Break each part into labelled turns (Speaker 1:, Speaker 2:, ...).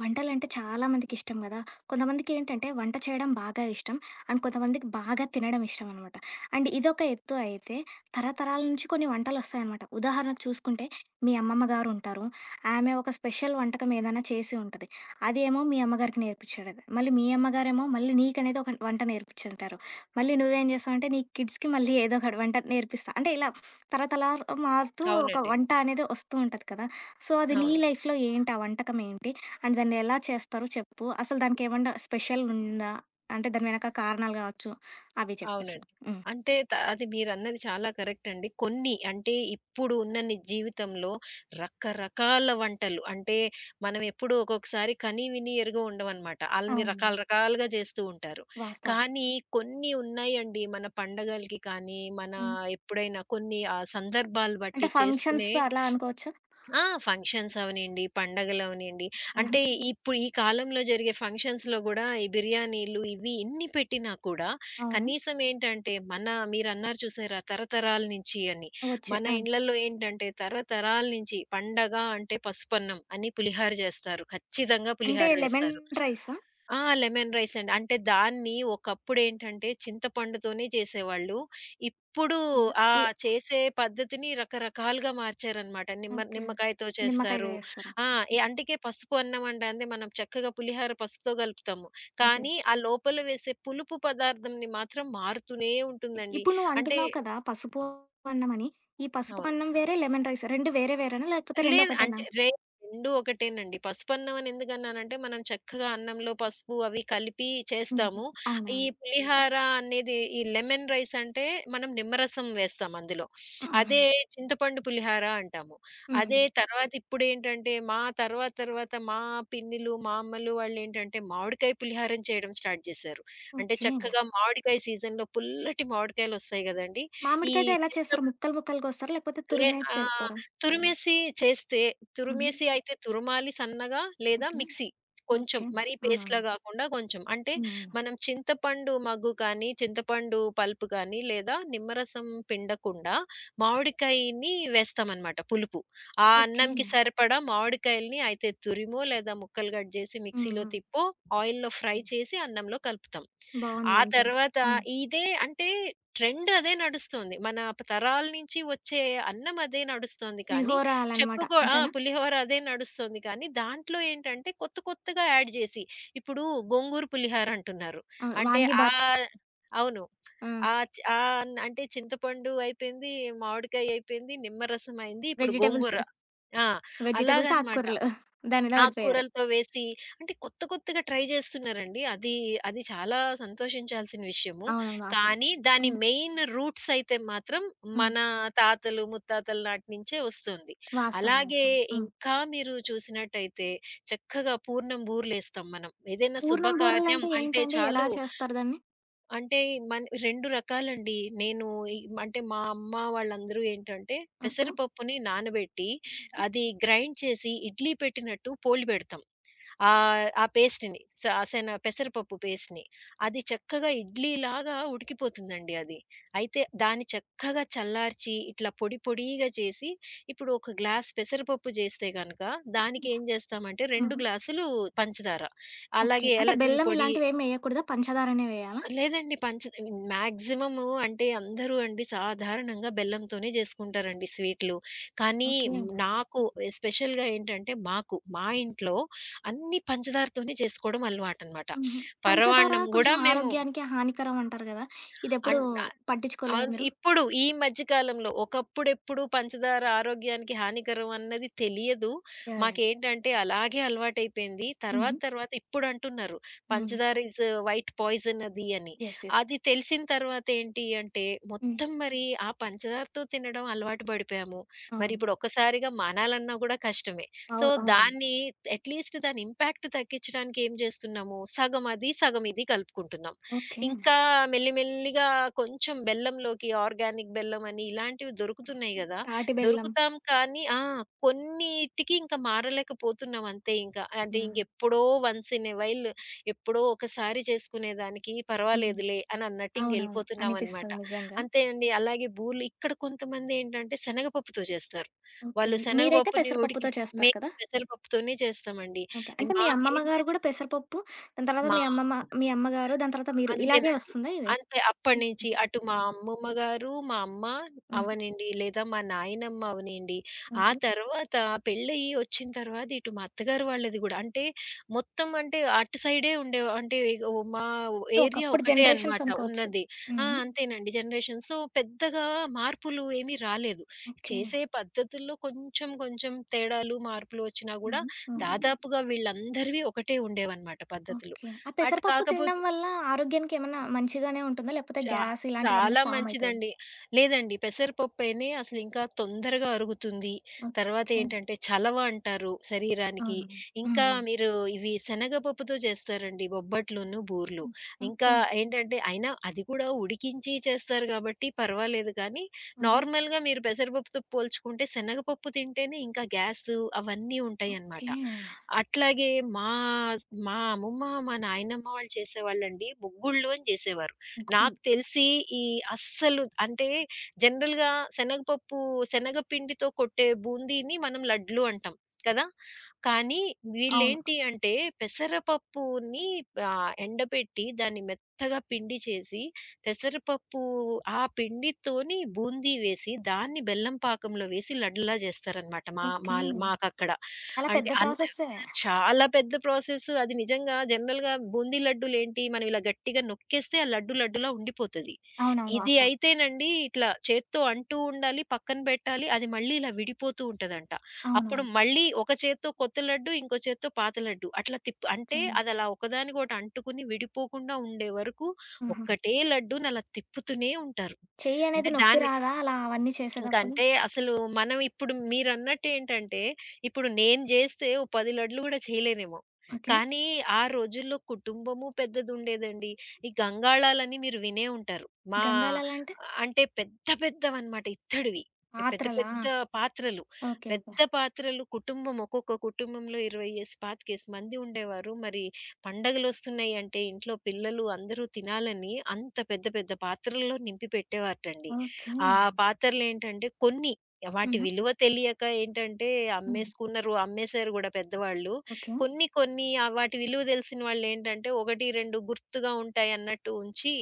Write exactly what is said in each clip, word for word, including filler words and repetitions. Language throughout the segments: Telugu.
Speaker 1: వంటలంటే చాలా మందికిష్టం గదా! కొంతమందికేంటంటే వంట చేయడం బాగా ఇష్టం. అండ్ కొంతమందికి బాగా తినడం ఇష్టం అనమాట. అండ్ ఇదొక ఎత్తు అయితే, తరతరాల నుంచి కొన్ని వంటలొస్తాయనమాట. ఉదాహరణకు చూసుకుంటే, మీ అమ్మమ్మ గారుంటారు. ఆమె ఒక స్పెషల్ వంటకం ఏదైనా చేసి ఉంటది. అదేమో మీ అమ్మగారికి నేర్పించేది. మళ్ళీ మీ అమ్మగారేమో మళ్ళీ నీకనేది ఒక వంట నేర్పించుంటారు. మళ్ళీ నువ్వేం చేస్తావంటే, నీ కిడ్స్‌కి మళ్ళీ ఏదో ఒక వంట నేర్పిస్తా. అంటే ఇలా తరతరాలు మారుతూ ఒక
Speaker 2: అవునండి.
Speaker 1: వంట అనేది వస్తూ ఉంటది కదా! సో, అది నీ
Speaker 2: అవును.
Speaker 1: లైఫ్‌లో ఏంటి? ఆ వంటకం ఏంటి? అండ్ దాన్ని ఎలా చేస్తారో చెప్పు. అసలు దానికేమన్నా స్పెషల్ ఉందా? అంటే దాని వెనక కారణాలు గావచ్చు. అవి చెప్పేసి.
Speaker 2: అవునండి.
Speaker 1: హ్మ్.
Speaker 2: అంటే త అది మీరన్నది చాలా కరెక్ట్ అండి. కొన్ని అంటే ఇప్పుడు ఉన్న ని జీవితంలో రకరకాల వంటలు అంటే మనం ఎప్పుడూ ఒక్కొక్కసారి కని విని ఎరుగ ఉండమనమాట. ఆళ్ళని
Speaker 1: అవును.
Speaker 2: రకాల రకాలుగా జేస్తూ ఉంటారు.
Speaker 1: వాస్తవం.
Speaker 2: కానీ కొన్ని ఉన్నాయండి మన పండగలకి కానీ, మన
Speaker 1: హ్మ్.
Speaker 2: ఎప్పుడైనా కొన్ని ఆ సందర్భాలు
Speaker 1: అంటే
Speaker 2: బట్టి
Speaker 1: ఫంక్షన్స్
Speaker 2: చేసుకునే
Speaker 1: అలా అనుకోవచ్చా?
Speaker 2: ఆ! ఫంక్షన్స్ అవనియండి, పండగలవనియండి.
Speaker 1: ఆహా!
Speaker 2: అంటే ఇప్పుడు ఈ కాలంలో జరిగే ఫంక్షన్స్‌లో గూడా ఈ బిర్యానీలు ఇవి ఇన్ని పెట్టినా కూడా
Speaker 1: అవును.
Speaker 2: కనీసం ఏంటంటే మన మీరన్నారు చూసారా తరతరాల నుంచి అని.
Speaker 1: వచ్చే.
Speaker 2: మన
Speaker 1: ఆ!
Speaker 2: ఇండ్లలో ఏంటంటే తరతరాల నుంచి పండగ అంటే పసుపన్నం అని పులిహార జేస్తారు. ఖచ్చితంగా
Speaker 1: అంటే
Speaker 2: పులిహార
Speaker 1: లెమన్
Speaker 2: జేస్తారు.
Speaker 1: రైసా?
Speaker 2: ఆ! లెమన్ రైస్ అండి. అంటే దాన్ని ఒకప్పుడేంటంటే చింతపండుతోనే చేసేవాళ్ళు. ఇప్పుడు
Speaker 1: హ్మ్.
Speaker 2: ఆ
Speaker 1: ఈ
Speaker 2: చేసే పద్ధతిని రకరకాలుగా మార్చారనమాట. నిమ్మ
Speaker 1: ఓకే.
Speaker 2: నిమ్మకాయతో
Speaker 1: నిమ్మకాయతో
Speaker 2: చేస్తారు.
Speaker 1: చేస్తారా?
Speaker 2: ఆ! ఎ అంటికే పసుపు అన్నం అండి మనం చక్కగా పులిహార పసుపుతో కలుపుతాము.
Speaker 1: ఓకే.
Speaker 2: కానీ ఆ లోపల వేసే పులుపు పదార్థంని మాత్రం మారుతూనే ఉంటుందండి.
Speaker 1: ఇప్పుడు నువ్వు
Speaker 2: అంటే
Speaker 1: అంటున్నావు కదా! పసుపు అన్నమని. ఈ పసుపు
Speaker 2: అవును.
Speaker 1: అన్నం వేరే, లెమన్ రైస్ రెండు వేరే వేరేనా? లేకపోతే రెండు
Speaker 2: లేదు.
Speaker 1: ఒకటేనా?
Speaker 2: అంటే రేర్ రెండూ ఒకటేనండి. పసుపన్నం అని ఎందుకన్నానంటే, మనం చక్కగా అన్నంలో పసుపు అవి కలిపి
Speaker 1: హ్మ్.
Speaker 2: చేస్తాము. ఈ
Speaker 1: అవునవును.
Speaker 2: పులిహార అనేది ఈ లెమన్ రైస్ అంటే మనం నిమ్మరసం వేస్తాం అందులో.
Speaker 1: అవునా?
Speaker 2: అదే
Speaker 1: హ్మ్.
Speaker 2: చింతపండు పులిహార అంటాము.
Speaker 1: హ్మ్.
Speaker 2: అదే తర్వాత ఇప్పుడేంటంటే, మా తర్వాత తర్వాత మా పిన్నిలు, మా అమ్మలు వాళ్ళేంటంటే మామిడికాయ పులిహారని చేయడం స్టార్ట్ చేశారు. అంటే
Speaker 1: ఓకే.
Speaker 2: చక్కగా మామిడికాయ సీజన్‌లో పుల్లటి మామిడికాయలొస్తాయి గదండీ! ఈ
Speaker 1: మామిడికాయతో ఎలా
Speaker 2: చింత
Speaker 1: చేస్తారు? ముక్కలు ముక్కలు కోస్తారా? లేకపోతే
Speaker 2: లే
Speaker 1: తురిమేసి
Speaker 2: ఆ!
Speaker 1: చేస్తారా?
Speaker 2: తురిమేసి చేస్తే
Speaker 1: హుహు.
Speaker 2: తురిమేసి అయితే తురమాలి సన్నగా లేదా
Speaker 1: ఓకే.
Speaker 2: మిక్సీ. కొంచెం
Speaker 1: ఓకే.
Speaker 2: మరీ పేస్ట్‌లా
Speaker 1: అవునవునులే.
Speaker 2: గాకుండా కొంచెం. అంటే
Speaker 1: హ్మ్. హ్మ్.
Speaker 2: మనం చింతపండు మగ్గు కానీ, చింతపండు పల్ప్ కానీ లేదా నిమ్మరసం పిండకుండా మామిడికాయని వేస్తామనమాట పులుపు. ఆ
Speaker 1: ఓకే.
Speaker 2: అన్నంకి సరిపడా మామిడికాయలని అయితే తురిమో లేదా ముక్కలు కట్ జేసి
Speaker 1: హ్మ్.
Speaker 2: మిక్సీలో
Speaker 1: హ్మ్.
Speaker 2: తిప్పో ఆయిల్‌లో ఫ్రై
Speaker 1: ఓకే.
Speaker 2: చేసి అన్నంలో కలుపుతాం.
Speaker 1: బావుంది
Speaker 2: ఆ
Speaker 1: వింటుంటే.
Speaker 2: తర్వాత
Speaker 1: హ్మ్.
Speaker 2: ఇదే అంటే ట్రెండ్ అదే నడుస్తుంది. మన ప తరాల నుంచి వచ్చే అన్నం అదే నడుస్తుంది కానీ,
Speaker 1: పులిహోర అలనమాట.
Speaker 2: చెప్పుకో ఆ!
Speaker 1: అంతేనా?
Speaker 2: పులిహోర అదే నడుస్తుంది కానీ, దాంట్లో ఏంటంటే కొత్త కొత్తగా యాడ్ జేసి, ఇప్పుడు గోంగూర పులిహోర అంటున్నారు.
Speaker 1: ఆ!
Speaker 2: అంటే
Speaker 1: వాంగీబాత్.
Speaker 2: ఆహ్, అవును.
Speaker 1: ఆ!
Speaker 2: ఆ చ్ ఆహ్, అంటే చింతపండు అయిపోయింది, మామిడికాయ అయిపోయింది, నిమ్మరసం అయింది, ఇప్పుడు
Speaker 1: వెజిటబుల్స్,
Speaker 2: గోంగూర. ఆ!
Speaker 1: వెజిటబుల్స్,
Speaker 2: అలాగనమాట.
Speaker 1: ఆకుకూరలు దాని మీద పడిపోయారు.
Speaker 2: ఆకుకూరలతో వేసి అంటే కొత్త కొత్తగా ట్రై చేస్తున్నారండి. అది, అది చాలా సంతోషించాల్సిన విషయము.
Speaker 1: అవునవును. వాస్తవం.
Speaker 2: కానీ దాని
Speaker 1: హ్మ్.
Speaker 2: మెయిన్ రూట్స్ అయితే మాత్రం
Speaker 1: హ్మ్.
Speaker 2: మన తాతలు, ముత్తాతల నాటి నుంచే వస్తుంది.
Speaker 1: వాస్తవం.
Speaker 2: అలాగే
Speaker 1: వాస్తవం. హ్మ్.
Speaker 2: ఇంకా మీరు చూసినట్టయితే చక్కగా పూర్ణం బూర్లేస్తాం మనం. ఏదైనా
Speaker 1: పూర్ణం
Speaker 2: శుభకార్యం
Speaker 1: బూరెలంటే
Speaker 2: అంటే
Speaker 1: ఏంటండి? ఎలా
Speaker 2: చాలు
Speaker 1: చేస్తారు దాన్ని?
Speaker 2: అంటే మన్ రెండు రకాలండి. నేను ఈ అంటే మా అమ్మ వాళ్ళందరూ ఏంటంటే
Speaker 1: ఓకే.
Speaker 2: పెసరపప్పుని నానబెట్టి అది గ్రైండ్ చేసి ఇడ్లీ పెట్టినట్టు పోలి పెడతాం. ఆహ్, ఆ పేస్ట్‌ని స శన పెసరపప్పు పేస్ట్‌ని. అది చక్కగా ఇడ్లీలాగా ఉడికిపోతుందండి అది. అయితే దాన్ని చక్కగా చల్లార్చి ఇట్లా పొడి పొడిగా చేసి ఇప్పుడు ఒక గ్లాస్ పెసరపప్పు చేస్తే గనక దానికి ఏం చేస్తామంటే రెండు
Speaker 1: హుహు.
Speaker 2: గ్లాసులు పంచదార,
Speaker 1: ఓకే.
Speaker 2: అలాగే
Speaker 1: అంటే
Speaker 2: ఏలకుల
Speaker 1: బెల్లం
Speaker 2: పొడి
Speaker 1: ఇలాంటివేమి ఎయకూడదా? పంచదారనే వేయాలా?
Speaker 2: లేదండి. పంచ మాక్సిమము అంటే అందరూ అండి సాధారణంగా బెల్లంతోనే జేసుకుంటారండి స్వీట్లు. కానీ
Speaker 1: ఓకే.
Speaker 2: మ్, నాకు ఎస్పెషల్‌గా ఏంటంటే మాకు మా ఇంట్లో అన్నీ పంచదారతోనే చేసుకోవడం అలవాటనమాట.
Speaker 1: హుహు. పంచదార
Speaker 2: పరవాన్నం
Speaker 1: కొంచెం
Speaker 2: గూడా మేము
Speaker 1: ఆరోగ్యానికి హానికరం అంటారు గదా! ఇదెప్పుడు
Speaker 2: అన్
Speaker 1: పట్టించుకోలేదా
Speaker 2: అవును.
Speaker 1: మీరు?
Speaker 2: ఇప్పుడు ఈ మధ్య కాలంలో ఒకప్పుడెప్పుడు పంచదార ఆరోగ్యానికి హానికరం అన్నది తెలియదు.
Speaker 1: యాహ్! యాహ్!
Speaker 2: మాకేంటంటే అలాగే అలవాటైపోయింది. తర్వాత
Speaker 1: హుహు.
Speaker 2: తర్వాత ఇప్పుడంటున్నారు.
Speaker 1: హ్మ్.
Speaker 2: పంచదార ఈజ్ వైట్ పాయిజన్ అది అని.
Speaker 1: యెస్. యెస్.
Speaker 2: అది తెలిసిన తర్వాత ఏంటి అంటే
Speaker 1: హ్మ్.
Speaker 2: మొత్తం మరి ఆ పంచదారతో తినడం అలవాటు పడిపోయాము. మరి
Speaker 1: అవును.
Speaker 2: ఇప్పుడు ఒక్కసారిగా మానాలన్నా కూడా కష్టమే.
Speaker 1: అవు
Speaker 2: సో
Speaker 1: అవునవును.
Speaker 2: దాన్ని అట్‌లీస్ట్ దాని ఇంపాక్ట్ తగ్గించడానికి ఏం చేస్తున్నాము? సగం అది, సగం ఇది కలుపుకుంటున్నాం.
Speaker 1: ఓకే.
Speaker 2: ఇంకా మెల్లిమెల్లిగా కొంచెం బెల్లంలోకి ఆర్గానిక్ బెల్లం అని ఇలాంటివి దొరుకుతున్నాయి గదా!
Speaker 1: తాటి బెల్లం.
Speaker 2: దొరుకుతాం కానీ ఆ! కొన్నిటికి ఇంకా మారలేకపోతున్నాం అంతే ఇంకా. అది
Speaker 1: హ్మ్.
Speaker 2: ఇంకెప్పుడో వన్స్ ఇన్ ఎ వైల్ ఎప్పుడో ఒకసారి చేసుకునేదానికి
Speaker 1: హ్మ్.
Speaker 2: పర్వాలేదులే అని అన్నట్టు
Speaker 1: అవునవును.
Speaker 2: ఇంకెళ్ళిపోతున్నాం అనమాట.
Speaker 1: అనిపిస్తది నిజంగా.
Speaker 2: అంతే అండి. అలాగే బూర్లు ఇక్కడ కొంతమందేంటంటే శనగపప్పుతో చేస్తారు.
Speaker 1: ఓకే.
Speaker 2: వాళ్ళు
Speaker 1: మీరైతే
Speaker 2: శనగపప్పుని
Speaker 1: పెసరపప్పుతో
Speaker 2: ఉడికి
Speaker 1: చేస్తారు
Speaker 2: మేము
Speaker 1: కదా!
Speaker 2: పెసరపప్పుతోనే చేస్తామండి.
Speaker 1: ఓకే.
Speaker 2: ఈ
Speaker 1: అంటే మీ
Speaker 2: మాకే
Speaker 1: అమ్మమ్మ గారు గూడా పెసరపప్పు, దాని తర్వాత
Speaker 2: మా
Speaker 1: మీ అమ్మమ్మ మీ అమ్మగారు, దాని తర్వాత మీరు ఇలాగే
Speaker 2: అంతేనండి.
Speaker 1: వస్తుందా ఇది?
Speaker 2: అంతే అప్పటినుంచి అటు మా అమ్మమ్మ గారు, మా అమ్మ
Speaker 1: హ్మ్.
Speaker 2: అవ్వనియండి, లేదా మా నాయనమ్మ అవ్వనియండి, ఆ
Speaker 1: ఓకే.
Speaker 2: తర్వాత పెళ్ళయ్యి వచ్చిన తర్వాత ఇటు మా అత్తగారు వాళ్ళది గూడా. అంటే మొత్తం అంటే అటు సైడే ఉండే అంటే ఓ మా ఏరియా
Speaker 1: ఒకప్పుడు
Speaker 2: ఒకటే
Speaker 1: జనరేషన్స్
Speaker 2: అన్నమాట
Speaker 1: అనుకోవచ్చు.
Speaker 2: ఉన్నది. ఆ!
Speaker 1: హ్మ్.
Speaker 2: అంతేనండి జనరేషన్. సో, పెద్దగా మార్పులు ఏమీ రాలేదు.
Speaker 1: ఓకే.
Speaker 2: చేసే పద్ధతుల్లో కొంచెం కొంచెం తేడాలు, మార్పులు వచ్చినా గూడా
Speaker 1: హుహు. హ్మ్.
Speaker 2: దాదాపుగా వీళ్ళందరివి ఒకటే ఉండేవన్నమాట పద్ధతులు.
Speaker 1: ఓకే. ఆ
Speaker 2: అటు
Speaker 1: పెసరపప్పు తినడం
Speaker 2: కాకపోతే
Speaker 1: వల్ల ఆరోగ్యానికేమన్నా మంచిగానే ఉంటుందా? లేకపోతే
Speaker 2: చా
Speaker 1: గ్యాస్ ఇలాంటివేమన్నా
Speaker 2: చాలా
Speaker 1: ఫార్మ్ అవుతాయా?
Speaker 2: మంచిదండి. లేదండి పెసరపప్పేనే అసలు ఇంకా తొందరగా అరుగుతుంది.
Speaker 1: ఓకే.
Speaker 2: తర్వాతేంటంటే చలవ అంటారు శరీరానికి.
Speaker 1: అవును. హ్మ్.
Speaker 2: ఇంకా
Speaker 1: హ్మ్.
Speaker 2: మీరు ఇవి శనగపప్పుతో చేస్తారండి బొబ్బట్లును, బూర్లు.
Speaker 1: హ్మ్.
Speaker 2: ఇంకా
Speaker 1: ఓకే.
Speaker 2: ఏంటంటే అయినా అది కూడా ఉడికించి చేస్తారు కాబట్టి పర్వాలేదు కానీ,
Speaker 1: ఆహా!
Speaker 2: నార్మల్‌గా మీరు పెసరపప్పుతో పోల్చుకుంటే శనగపప్పు తింటేనే ఇంకా గ్యాసు అవన్నీ ఉంటాయన్నమాట.
Speaker 1: ఓకే.
Speaker 2: అట్లాగే మా మా అమ్మమ్మ, మా నాయనమ్మ వాళ్ళు చేసేవాళ్ళండి ముగ్గుళ్ళోని చేసేవారు.
Speaker 1: గు
Speaker 2: నాకు తెలిసి ఈ అస్సలు అంటే జనరల్‌గా శనగపప్పు శనగపిండితో కొట్టే బూందీని మనం లడ్లు అంటాం కదా! కానీ
Speaker 1: అవును.
Speaker 2: వీళ్ళేంటి అంటే పెసరపప్పుని ఆహ్, ఎండబెట్టి దాన్ని మెత్తగా పిండి చేసి, పెసరపప్పు ఆ పిండితోని బూందీ వేసి, దాన్ని బెల్లం పాకంలో వేసి లడ్డులా చేస్తారనమాట. మా
Speaker 1: ఓకే.
Speaker 2: మాల్ మాకక్కడ.
Speaker 1: చాలా
Speaker 2: అంటే
Speaker 1: పెద్ద
Speaker 2: అన్
Speaker 1: ప్రాసెస్సే.
Speaker 2: చాలా పెద్ద ప్రాసెస్. అది నిజంగా జనరల్‌గా బూందీ లడ్డూలేంటి, మనం ఇలా గట్టిగా నొక్కేస్తే ఆ లడ్డు లడ్డులా ఉండిపోతది.
Speaker 1: అవునవును.
Speaker 2: ఇది
Speaker 1: వాస్తవం.
Speaker 2: అయితేనండి ఇట్లా చేత్తో అంటూ ఉండాలి, పక్కన పెట్టాలి. అది మళ్ళీ ఇలా విడిపోతూ ఉంటదంట. అప్పుడు
Speaker 1: అవునవును.
Speaker 2: మళ్ళీ ఒక చేత్తో కొత్త లడ్డు, ఇంకో చేత్తో పాత లడ్డు అట్లా తిప్పు
Speaker 1: ఓకే.
Speaker 2: అంటే అదలా ఒకదానికొకటి అంటుకుని విడిపోకుండా ఉండే వరకు
Speaker 1: ఆహా!
Speaker 2: ఒక్కటే లడ్డూని అలా తిప్పుతూనే ఉంటారు.
Speaker 1: చెయ్యి అనేది
Speaker 2: అంటే
Speaker 1: నొప్పి
Speaker 2: దాన్ని
Speaker 1: రాదా అలా అవన్నీ చేసేటప్పుడు?
Speaker 2: ఇంకంటే అసలు మనం ఇప్పుడు మీరన్నట్టేంటంటే, ఇప్పుడు నేను జేస్తే ఓ పది లడ్లు గూడా చేయలేనేమో.
Speaker 1: ఓకే.
Speaker 2: కానీ ఆ రోజుల్లో కుటుంబము పెద్దదుండేదండి. ఈ గంగాళాలని మీరు వినే ఉంటారు. మా
Speaker 1: గంగాలాలంటే?
Speaker 2: అంటే పెద్ద పెద్దవన్నమాట ఇత్తడివి. పెద్ద
Speaker 1: పాత్రలా?
Speaker 2: పెద్ద పాత్రలు.
Speaker 1: ఓకే. ఓకే.
Speaker 2: పెద్ద పాత్రలు కుటుంబం ఒక్కొక్క కుటుంబంలో ఇరవై పాతికేసి మంది ఉండేవారు. మరి పండగలొస్తున్నాయంటే ఇంట్లో పిల్లలు అందరూ తినాలని అంత పెద్ద పెద్ద పాత్రల్లో నింపి పెట్టేవారటండి.
Speaker 1: ఓకే.
Speaker 2: ఆ పాత్రలేంటంటే కొన్ని వాటి
Speaker 1: హుహు.
Speaker 2: విలువ తెలియక ఏంటంటే
Speaker 1: హ్మ్.
Speaker 2: అమ్మేసుకున్నారు, అమ్మేసారు గూడా పెద్దవాళ్ళు.
Speaker 1: ఓకే.
Speaker 2: కొన్ని కొన్ని ఆహ్, వాటి విలువ తెలిసిన వాళ్ళేంటంటే ఒకటి, రెండు గుర్తుగా ఉంటాయన్నట్టు ఉంచి,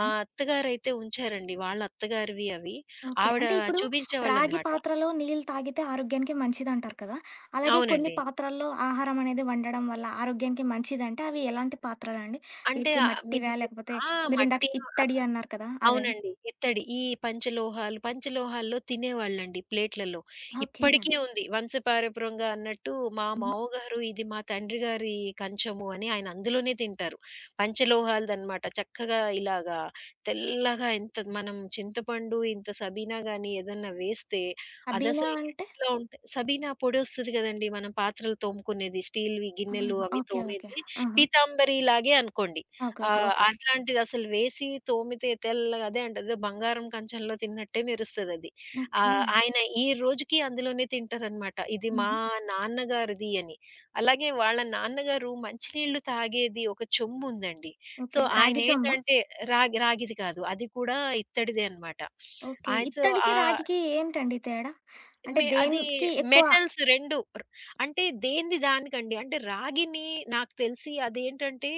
Speaker 2: మా అత్తగారైతే ఉంచారండి. వాళ్ళ అత్తగారివి అవి.
Speaker 1: ఓకే.
Speaker 2: ఆవిడ
Speaker 1: అంటే ఇప్పుడు రాగి
Speaker 2: చూపించేవాళ్ళనమాట.
Speaker 1: పాత్రలో నీళ్ళు తాగితే ఆరోగ్యానికి మంచిదంటారు కదా! అలాగే కొన్ని
Speaker 2: అవునండి.
Speaker 1: పాత్రల్లో ఆహారం అనేది వండడం వల్ల ఆరోగ్యానికి మంచిదంటే అవి ఎలాంటి పాత్రలండి?
Speaker 2: అంటే
Speaker 1: లైక్
Speaker 2: ఆహ్,
Speaker 1: మట్టివా?
Speaker 2: మీకు
Speaker 1: లేకపోతే
Speaker 2: ఆ!
Speaker 1: మీరిందాక
Speaker 2: మట్టి
Speaker 1: ఇత్తడి అన్నారు కదా! అవా?
Speaker 2: అవునండి. ఇత్తడి. ఈ పంచలోహాలు పంచలోహాల్లో తినేవాళ్ళండి ప్లేట్‌లలో.
Speaker 1: ఓకే.
Speaker 2: ఇప్పటికీ ఉంది వంశపారపర్యంగా అన్నట్టు మా
Speaker 1: హ్మ్.
Speaker 2: మావగారు ఇది మా తండ్రి గారి కంచము అని ఆయన అందులోనే తింటారు. పంచలోహాలదనమాట. చక్కగా ఇలాగా తెల్లగా ఇంత మనం చింతపండు, ఇంత సబీనా గాని ఏదన్నా వేస్తే
Speaker 1: సబీనా
Speaker 2: అదసలు
Speaker 1: అంటే
Speaker 2: ఎట్లా ఉంటాయి సబీనా పొడొస్తది గదండీ! మనం పాత్రలు తోముకునేది స్టీల్‌వి
Speaker 1: ఆహా!
Speaker 2: గిన్నెలు అవి
Speaker 1: ఓకే. ఓకే.
Speaker 2: తోమేది.
Speaker 1: ఆహా!
Speaker 2: పీతాంబరిలాగే అనుకోండి.
Speaker 1: ఓకే. ఓకే.
Speaker 2: ఆహ్,
Speaker 1: ఓకే.
Speaker 2: అట్లాంటిదసలు వేసి తోమితే తెల్లగా అదే అంటారు. "ఏదో బంగారం కంచంలో తిన్నట్టే మెరుస్తదది."
Speaker 1: ఓకే.
Speaker 2: ఆహ్, ఆయన ఈ రోజుకి అందులోనే తింటారనమాట. ఇది మా
Speaker 1: హుహు.
Speaker 2: నాన్నగారిది అని. అలాగే వాళ్ళ నాన్నగారు మంచినీళ్ళు తాగేది ఒక చెంబుందండి. So,
Speaker 1: okay. రాగి చొంబా?
Speaker 2: ఆయనేంటంటే రాగి రాగిది కాదు. అది కూడా ఇత్తడిదే అనమాట.
Speaker 1: ఓకే.
Speaker 2: ఆయి సో,
Speaker 1: ఇత్తడికి,
Speaker 2: ఆ
Speaker 1: రాగికి ఏంటండి తేడా? అంటే
Speaker 2: మే అది
Speaker 1: దేనికి ఎక్కువ
Speaker 2: మెటల్స్ రెండు ర్ అంటే దేనిది దానికండి. అంటే రాగిని నాకు తెలిసి అదేంటంటే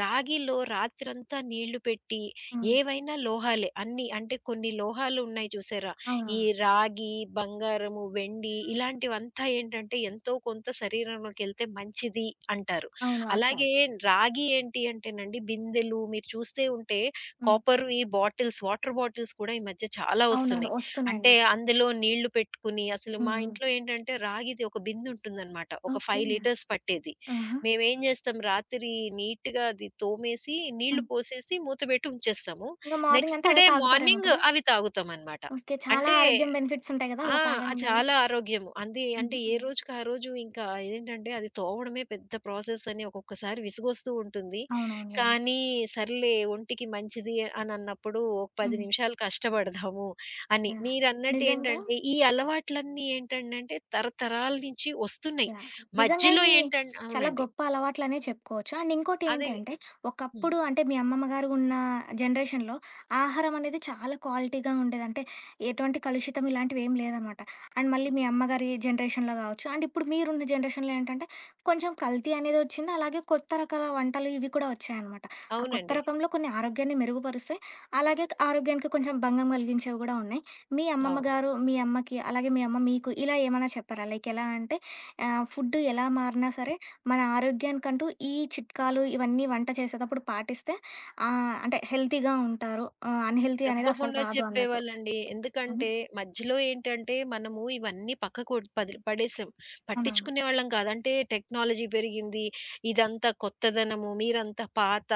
Speaker 2: రాగిలో రాత్రంతా నీళ్లు పెట్టి
Speaker 1: హ్మ్.
Speaker 2: ఏవైనా లోహాలే అన్నీ. అంటే కొన్ని లోహాలు ఉన్నాయి చూసారా? ఈ
Speaker 1: అవునవును.
Speaker 2: రాగి, బంగారము, వెండి ఇలాంటివంతా ఏంటంటే ఎంతో కొంత శరీరంలోకెళ్తే మంచిది అంటారు.
Speaker 1: అవును. వాస్తవం.
Speaker 2: అలాగే రాగి ఏంటి అంటేనండి బిందెలు మీరు చూస్తే ఉంటే
Speaker 1: హ్మ్.
Speaker 2: కాపర్‌వి బాటిల్స్ వాటర్ బాటిల్స్ కూడా ఈ మధ్య చాలా
Speaker 1: అవునవును.
Speaker 2: వస్తున్నాయి. అంటే
Speaker 1: వస్తున్నాయండి.
Speaker 2: అందులో నీళ్లు పెట్టుకుని అసలు
Speaker 1: హ్మ్.
Speaker 2: మా
Speaker 1: హ్మ్.
Speaker 2: ఇంట్లో ఏంటంటే రాగిది ఒక బిందుంటుందనమాట. ఒక
Speaker 1: ఓకే.
Speaker 2: ఐదు లీటర్స్ పట్టేది.
Speaker 1: ఆహా!
Speaker 2: మేమేం జేస్తాం రాత్రి నీట్‌గా అది తోమేసి, నీళ్లు
Speaker 1: హ్మ్.
Speaker 2: పోసేసి మూతబెట్టి ఉంచేస్తాము.
Speaker 1: ఇంక మార్నింగ్ అంతా
Speaker 2: నెక్స్ట్
Speaker 1: అవే
Speaker 2: డే
Speaker 1: తాగుతారేమో
Speaker 2: మార్నింగ్
Speaker 1: కదా!
Speaker 2: అవి తాగుతామనమాట.
Speaker 1: ఓకే. చాలా
Speaker 2: అంటే
Speaker 1: ఆరోగ్యం బెనిఫిట్స్ ఉంటాయి గదా!
Speaker 2: ఆ!
Speaker 1: అలా
Speaker 2: ఆ!
Speaker 1: తాగడం వల్ల.
Speaker 2: చాలా ఆరోగ్యము. అంది అంటే ఏ
Speaker 1: హ్మ్.
Speaker 2: రోజుకి ఆ రోజు ఇంకా ఏంటంటే అది తోమడమే పెద్ద ప్రాసెస్ అని ఒక్కొక్కసారి విసుగొస్తూ ఉంటుంది.
Speaker 1: అవునవునులెండి.
Speaker 2: కానీ సర్లే ఒంటికి మంచిది అనన్నప్పుడు ఒక పది
Speaker 1: హ్మ్.
Speaker 2: నిమిషాలు కష్టపడదాము అని.
Speaker 1: యాహ్!
Speaker 2: మీరన్నట్టు
Speaker 1: నిజంగా
Speaker 2: ఏంటంటే ఈ అలవాట్లన్నీ ఏంటంటే తరతరాల నుంచి వస్తున్నాయి.
Speaker 1: యాహ్! నిజంగా
Speaker 2: మధ్యలో
Speaker 1: ఇవి
Speaker 2: ఏంటం
Speaker 1: చాలా
Speaker 2: అవునండి.
Speaker 1: గొప్ప అలవాట్లనే చెప్పుకోవచ్చు. అండ్
Speaker 2: అదే
Speaker 1: ఇంకోటేంటంటే,
Speaker 2: హ్మ్.
Speaker 1: ఒకప్పుడు అంటే మీ అమ్మమ్మ గారు ఉన్న జనరేషన్‌లో ఆహారం అనేది చాలా క్వాలిటీగా ఉండేది. అంటే ఎటువంటి కలుషితం ఇలాంటివేం లేదనమాట. అండ్ మళ్ళీ మీ అమ్మగారి జనరేషన్‌లో గావచ్చు, అండ్ ఇప్పుడు మీరున్న జనరేషన్‌లో ఏంటంటే, కొంచెం కల్తీ అనేది వచ్చింది. అలాగే కొత్త రకాల వంటలు ఇవి కూడా వచ్చాయనమాట. ఆ కొత్త
Speaker 2: అవునండి.
Speaker 1: రకంలో కొన్ని ఆరోగ్యాన్ని మెరుగుపరుస్తాయి. అలాగే ఆరోగ్యానికి కొంచెం భంగం కలిగించేవి గూడా ఉన్నాయి. మీ అమ్మమ్మ
Speaker 2: అవును.
Speaker 1: గారు మీ అమ్మకి, అలాగే మీ అమ్మ మీకు ఇలా ఏమన్నా చెప్పారా? లైక్ ఎలా అంటే ఆహ్, ఫుడ్ ఎలా మారినా సరే, మన ఆరోగ్యానికంటూ ఈ చిట్కాలు ఇవన్నీ వంట చేసేటప్పుడు పాటిస్తే ఆహ్, అంటే హెల్తీగా ఉంటారు. ఆహ్, అన్‌హెల్తీ అనేది అస్సలు
Speaker 2: తప్పకుండా
Speaker 1: రాదు అన్నట్టు.
Speaker 2: చెప్పేవాళ్ళండి.
Speaker 1: హుహు.
Speaker 2: ఎందుకంటే మధ్యలో ఏంటంటే మనము ఇవన్నీ పక్కకు ఒడ్- పది పడేసాం.
Speaker 1: అవునవును.
Speaker 2: పట్టించుకునేవాళ్ళం కాదు. అంటే టెక్నాలజీ పెరిగింది. ఇదంతా కొత్తదనము, మీరంతా పాత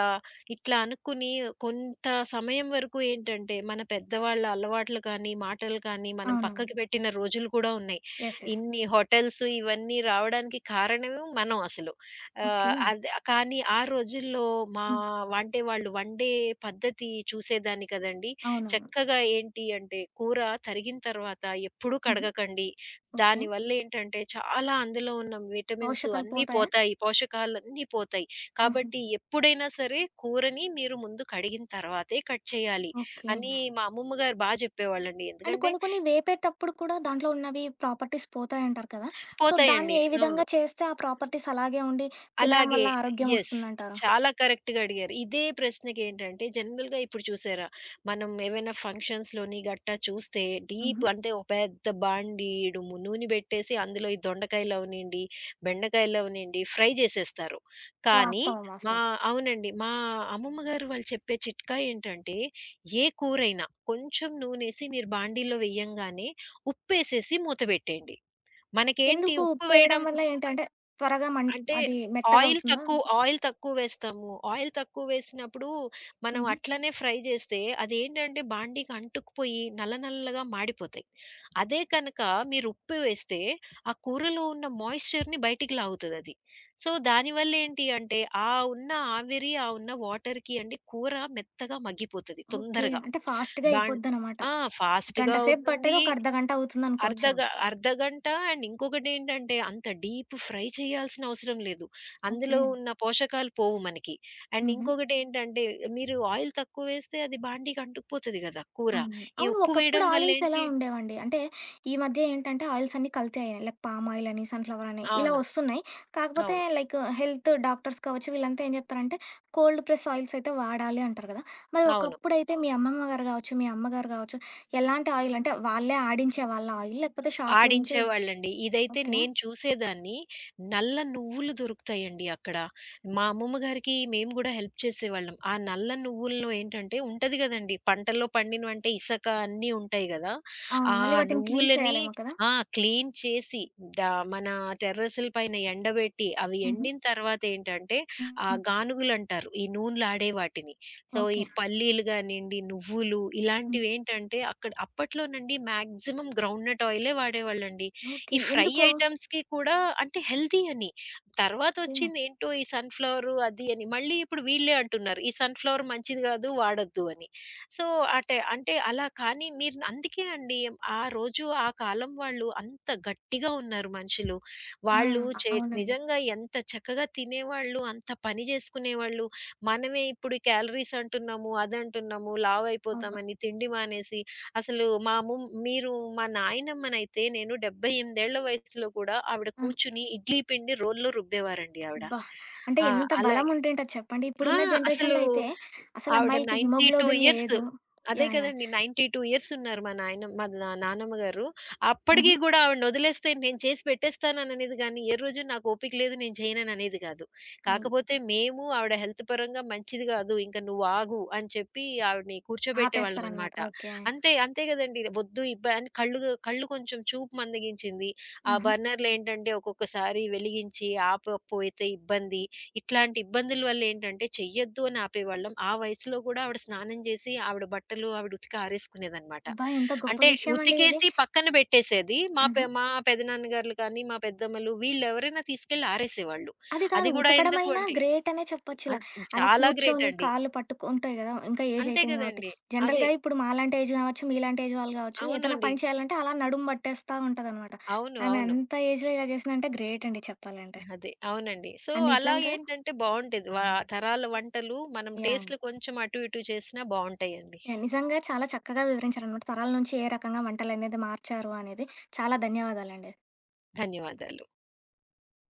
Speaker 2: ఇట్లా అనుకుని కొంత సమయం వరకు ఏంటంటే మన పెద్దవాళ్ళ అలవాట్లు కానీ, మాటలు కానీ మనం
Speaker 1: అవునవును.
Speaker 2: పక్కకి పెట్టిన రోజులు కూడా ఉన్నాయి.
Speaker 1: యెస్. యెస్.
Speaker 2: ఇన్ని హోటల్స్ ఇవన్నీ రావడానికి కారణం మనం అసలు.
Speaker 1: ఓకే.
Speaker 2: ఆహ్, అది కానీ ఆ రోజుల్లో మా
Speaker 1: హ్మ్.
Speaker 2: అంటే వాళ్ళు వండే పద్ధతి చూసేదాన్ని కదండీ!
Speaker 1: అవునవును.
Speaker 2: చక్కగా ఏంటి అంటే కూర తరిగిన తర్వాత ఎప్పుడూ
Speaker 1: హుహు.
Speaker 2: కడగకండి.
Speaker 1: ఓకే.
Speaker 2: దానివల్ల ఏంటంటే చాలా అందులో ఉన్న విటమిన్స్
Speaker 1: పోషకాలు
Speaker 2: అన్నీ
Speaker 1: పోతాయా?
Speaker 2: పోతాయి. పోషకాలన్నీ పోతాయి.
Speaker 1: హుహు.
Speaker 2: కాబట్టి ఎప్పుడైనా సరే కూరని మీరు ముందు కడిగిన తర్వాతే కట్ చేయాలి
Speaker 1: ఓకే.
Speaker 2: అని మా అమ్మమ్మ గారు బా చెప్పేవాళ్ళండి.
Speaker 1: అండ్
Speaker 2: ఎందుకంటే
Speaker 1: కొన్ని కొన్ని వేపేటప్పుడు కూడా దాంట్లో ఉన్నవి ప్రాపర్టీస్ పోతాయంటారు కదా! సో, దాన్ని
Speaker 2: పోతాయండి.
Speaker 1: ఏ
Speaker 2: అవును.
Speaker 1: విధంగా చేస్తే ఆ ప్రాపర్టీస్ అలాగే ఉండి తినడం వల్ల
Speaker 2: అలాగే.
Speaker 1: ఆరోగ్యం
Speaker 2: యెస్.
Speaker 1: వస్తుందంటారు?
Speaker 2: చాలా కరెక్ట్‌గా అడిగారు. ఇదే ప్రశ్నకేంటంటే జనరల్‌గా ఇప్పుడు చూసారా, మనం ఏవైనా ఫంక్షన్స్‌లోని గట్టా చూస్తే
Speaker 1: హుహు.
Speaker 2: డీప్ అంటే ఒక పెద్ద బాండీడు నూనె బెట్టేసి అందులో ఈ దొండకాయలవనియండి, బెండకాయలవనియండి ఫ్రై జేసేస్తారు. కానీ
Speaker 1: వాస్తవం.
Speaker 2: మా
Speaker 1: వాస్తవం.
Speaker 2: అవునండి. మా అమ్మమ్మ గారు వాళ్ళు చెప్పే చిట్కా ఏంటంటే, ఏ కూరైనా కొంచెం నూనేసి మీరు బాండీలో వెయ్యంగానే ఉప్పేసేసి మూత బెట్టేయండి. మనకేంటి
Speaker 1: ఎందుకు
Speaker 2: ఉప్పు
Speaker 1: ఉప్పేయడం
Speaker 2: వేయడం
Speaker 1: వల్ల ఏంటి? అంటే త్వరగా మన్
Speaker 2: అంటే
Speaker 1: అది మెత్తగా ఆ!
Speaker 2: ఆయిల్
Speaker 1: అవుతుందా?
Speaker 2: తక్కువ ఆయిల్ తక్కువ వేస్తాము. ఆయిల్ తక్కువ వేసినప్పుడు మనం
Speaker 1: హుహు.
Speaker 2: అట్లనే ఫ్రై చేస్తే అదేంటంటే బాండీకి అంటుకుపోయి నల్ల నల్లగా మాడిపోతాయి. అదే కనుక మీరు ఉప్పు వేస్తే ఆ కూరలో ఉన్న మాయిశ్చర్‌ని బయటికి లాగుతదది. సో, దానివల్ల ఏంటి అంటే ఆ ఉన్న ఆవిరి, ఆ ఉన్న వాటర్‌కి అండి కూర మెత్తగా మగ్గిపోతది
Speaker 1: ఓకే.
Speaker 2: తొందరగా.
Speaker 1: అంటే ఫాస్ట్‌గా
Speaker 2: బాన్
Speaker 1: అయిపోద్దనమాట.
Speaker 2: ఆ!
Speaker 1: గంట
Speaker 2: ఫాస్ట్‌గా
Speaker 1: సేపు పట్టేది
Speaker 2: అవుతుంది.
Speaker 1: ఒక అర్ధగంట
Speaker 2: అర్ధగ
Speaker 1: అవుతుందనుకోవచ్చేమో.
Speaker 2: అర్ధగంట అండ్ ఇంకొకటేంటంటే అంత డీప్ ఫ్రై చేయాల్సిన అవసరం లేదు.
Speaker 1: ఓకే.
Speaker 2: అందులో ఉన్న పోషకాలు పోవు మనకి. అండ్
Speaker 1: హుహు.
Speaker 2: ఇంకొకటేంటంటే మీరు ఆయిల్ తక్కువ వేస్తే అది బాండీకి అంటుకుపోతది గదా! కూర.
Speaker 1: అవును.
Speaker 2: ఈ
Speaker 1: అవును.
Speaker 2: ఉప్పు
Speaker 1: ఒకప్పుడు
Speaker 2: వేయడం
Speaker 1: ఆయిల్స్ ఎలా
Speaker 2: వల్లేంటి
Speaker 1: ఉండేవండి? అంటే ఈ మధ్య ఏంటంటే ఆయిల్స్ అన్నీ కల్తీ అయినాయి. లైక్ పామ్ ఆయిల్ అని, సన్‌ఫ్లవర్ అని ఇలా
Speaker 2: అవును.
Speaker 1: వస్తున్నాయి. కాకపోతే
Speaker 2: అవును.
Speaker 1: లైక్ హెల్త్ డాక్టర్స్ కావచ్చు వీళ్ళంతా ఏం చెప్తారంటే కోల్డ్ ప్రెస్ ఆయిల్స్ అయితే వాడాలి అంటారు కదా! మరి
Speaker 2: అవును.
Speaker 1: ఒకప్పుడైతే మీ అమ్మమ్మ గారు కావచ్చు, మీ అమ్మగారు కావచ్చు ఎలాంటి ఆయిల్ అంటే వాళ్ళే ఆడించేవాళ్ళా ఆయిల్? లేకపోతే షాప్‌లో నుంచి
Speaker 2: ఆడించేవాళ్ళండి. ఇదైతే
Speaker 1: ఓకే.
Speaker 2: నేను చూసేదాన్ని. నల్ల నువ్వులు దొరుకుతాయండి అక్కడ. మా అమ్మమ్మ గారికి మేము గూడా హెల్ప్ చేసేవాళ్ళం. ఆ నల్ల నువ్వుల్లో ఏంటంటే ఉంటది గదండీ! పంటల్లో పండినవంటే ఇసక అన్నీ ఉంటాయి గదా!
Speaker 1: అవును.
Speaker 2: ఆ
Speaker 1: మళ్ళీ వాటిని క్లీన్
Speaker 2: నువ్వులని
Speaker 1: చేయాలేమో కదా!
Speaker 2: ఆ! క్లీన్ చేసి డ మన టెర్రస్‌ల పైన ఎండబెట్టి, అవి
Speaker 1: హుహు.
Speaker 2: ఎండిన తర్వాత ఏంటంటే, ఆ
Speaker 1: హ్మ్.
Speaker 2: గానుగులంటారు. ఈ నూనెలాడే వాటిని. సో, ఈ
Speaker 1: ఓకే.
Speaker 2: పల్లీలు గానియండి, నువ్వులు
Speaker 1: హ్మ్.
Speaker 2: ఇలాంటివేంటంటే అక్కడ అప్పట్లోనండి మాక్సిమం గ్రౌండ్ నట్ ఆయిలే వాడేవాళ్ళండి.
Speaker 1: ఓకే.
Speaker 2: ఈ ఫ్రై
Speaker 1: ఎందుకు?
Speaker 2: ఐటమ్స్‌కి కూడా అంటే హెల్తీ అని.
Speaker 1: ఓకే.
Speaker 2: తర్వాతొచ్చిందేంటో ఈ సన్‌ఫ్లవర్ అది అని. మళ్ళీ ఇప్పుడు వీళ్ళే అంటున్నారు. ఈ సన్‌ఫ్లవర్ మంచిది గాదు వాడొద్దు అని. సో, అటే అంటే అలా కానీ మీరు అందుకే అండి ఆ రోజు ఆ కాలం వాళ్ళు అంత గట్టిగా ఉన్నారు మనుషులు.
Speaker 1: ఆ!
Speaker 2: వాళ్ళు చే
Speaker 1: అవునండి.
Speaker 2: నిజంగా ఎంత చక్కగా తినేవాళ్ళు, అంత పని జేసుకునేవాళ్ళు. మనమే ఇప్పుడు ఈ క్యాలరీస్ అంటున్నాము, అదంటున్నాము,
Speaker 1: అవును.
Speaker 2: లావయిపోతామని, తిండి మానేసి అసలు మా అమ్మ మీరు మా నాయనమ్మనైతే నేను డెబ్బై ఎనిమిది ఏళ్ల వయసులో కూడా ఆవిడ
Speaker 1: ఆ!
Speaker 2: కూర్చుని ఇడ్లీ పిండి రోల్లో రుబ్బేవారండి ఆవిడ.
Speaker 1: అబ్బా! అంటే
Speaker 2: ఆ!
Speaker 1: ఎంత బలం
Speaker 2: అలాగే
Speaker 1: ఉంటేంటది చెప్పండి.
Speaker 2: ఆ!
Speaker 1: ఇప్పుడున్న జనరేషన్‌లో
Speaker 2: అసలు
Speaker 1: అయితే అసలు
Speaker 2: ఆవిడ
Speaker 1: అమ్మాయిలకి
Speaker 2: తొంభై రెండు
Speaker 1: హిమోగ్లోబిన్
Speaker 2: ఇయర్స్.
Speaker 1: లేదు.
Speaker 2: అదే
Speaker 1: యాహ్! యాహ్!
Speaker 2: కదండీ! తొంభై రెండు ఇయర్స్ ఉన్నారు మా నాయనమ్మ మా నా నానమ్మ గారు. అప్పటికి
Speaker 1: హుహు.
Speaker 2: గూడా ఆవిడనొదిలేస్తే నేను చేసి పెట్టేస్తానననేది గానీ, ఏ రోజు నాకు ఓపిక లేదు నేను చేయనననేది గాదు.
Speaker 1: హ్మ్.
Speaker 2: కాకపోతే మేము ఆవిడ హెల్త్ పరంగా మంచిది గాదు. ఇంక నువ్వాగు అని చెప్పి ఆవిడని
Speaker 1: ఆపేస్తారనమాట.
Speaker 2: కూర్చోబెట్టేవాళ్ళమనమాట.
Speaker 1: ఓకే.
Speaker 2: అంతే అంతే గదండీ! వద్దు ఇబ్బ అని కళ్ళు కళ్ళు కొంచెం చూపు మందగించింది. ఆ
Speaker 1: ఆహా!
Speaker 2: బర్నర్‌లేంటంటే ఒక్కొక్కసారి వెలిగించి ఆపకపోతే ఇబ్బంది. ఇట్లాంటి ఇబ్బందుల వల్లేంటంటే చెయ్యొద్దు అని ఆపేవాళ్ళం. ఆ వయసులో గూడా ఆవిడ స్నానం జేసి, ఆవిడ బట్టలు ఆవిడ ఉతికి ఆరేసుకునేదనమాట.
Speaker 1: అబ్బా! ఎంత గొప్ప
Speaker 2: అంటే
Speaker 1: విషయం అండి ఇది.
Speaker 2: ఉతికేసి పక్కన బెట్టేసేది. మా
Speaker 1: ఆహా!
Speaker 2: పె మా పెదనాన్నగార్లు కానీ, మా పెద్దమ్మలు వీళ్ళెవరైనా తీసుకెళ్ళి ఆరేసేవాళ్ళు.
Speaker 1: అది కాదు
Speaker 2: అది గూడా ఎందుకు
Speaker 1: ఉతకడమైనా
Speaker 2: అంటే
Speaker 1: గ్రేట్ అనే చెప్పొచ్చిలా.
Speaker 2: అంత్
Speaker 1: అలా
Speaker 2: చాలా గ్రేట్
Speaker 1: కూర్చొని
Speaker 2: అండి.
Speaker 1: కాళ్ళు పట్టుకుంటాయి గదా! ఇంకా ఏజ్
Speaker 2: అంతే
Speaker 1: అయిపోయింది కాబట్టి.
Speaker 2: గదండీ. అదే.
Speaker 1: జనరల్‌గా ఇప్పుడు మాలాంటి ఏజ్ గావచ్చు, మీలాంటి ఏజ్ వాళ్ళు గావచ్చు
Speaker 2: అవును
Speaker 1: ఏదైనా
Speaker 2: అండి.
Speaker 1: పని చేయాలంటే అలా నడుము పట్టేస్తా ఉంటదనమాట.
Speaker 2: అవును.
Speaker 1: ఆమె
Speaker 2: అవును.
Speaker 1: అంత ఏజ్‌లో ఇలా చేసిందంటే గ్రేట్ అండి చెప్పాలంటే.
Speaker 2: అదే. అవునండి. సో,
Speaker 1: అండ్
Speaker 2: అలా
Speaker 1: నిజంగా
Speaker 2: ఏంటంటే బావుంటది. వ తరాల వంటలు మనం
Speaker 1: యాహ్!
Speaker 2: టేస్ట్‌లు కొంచెం అటు ఇటు చేసినా బావుంటాయండి.
Speaker 1: యాహ్! నిజంగా చాలా చక్కగా వివరించారనమాట. తరాల నుంచి ఏ రకంగా వంటలనేది మార్చారు అనేది. చాలా ధన్యవాదాలండి.
Speaker 2: ధన్యవాదాలు.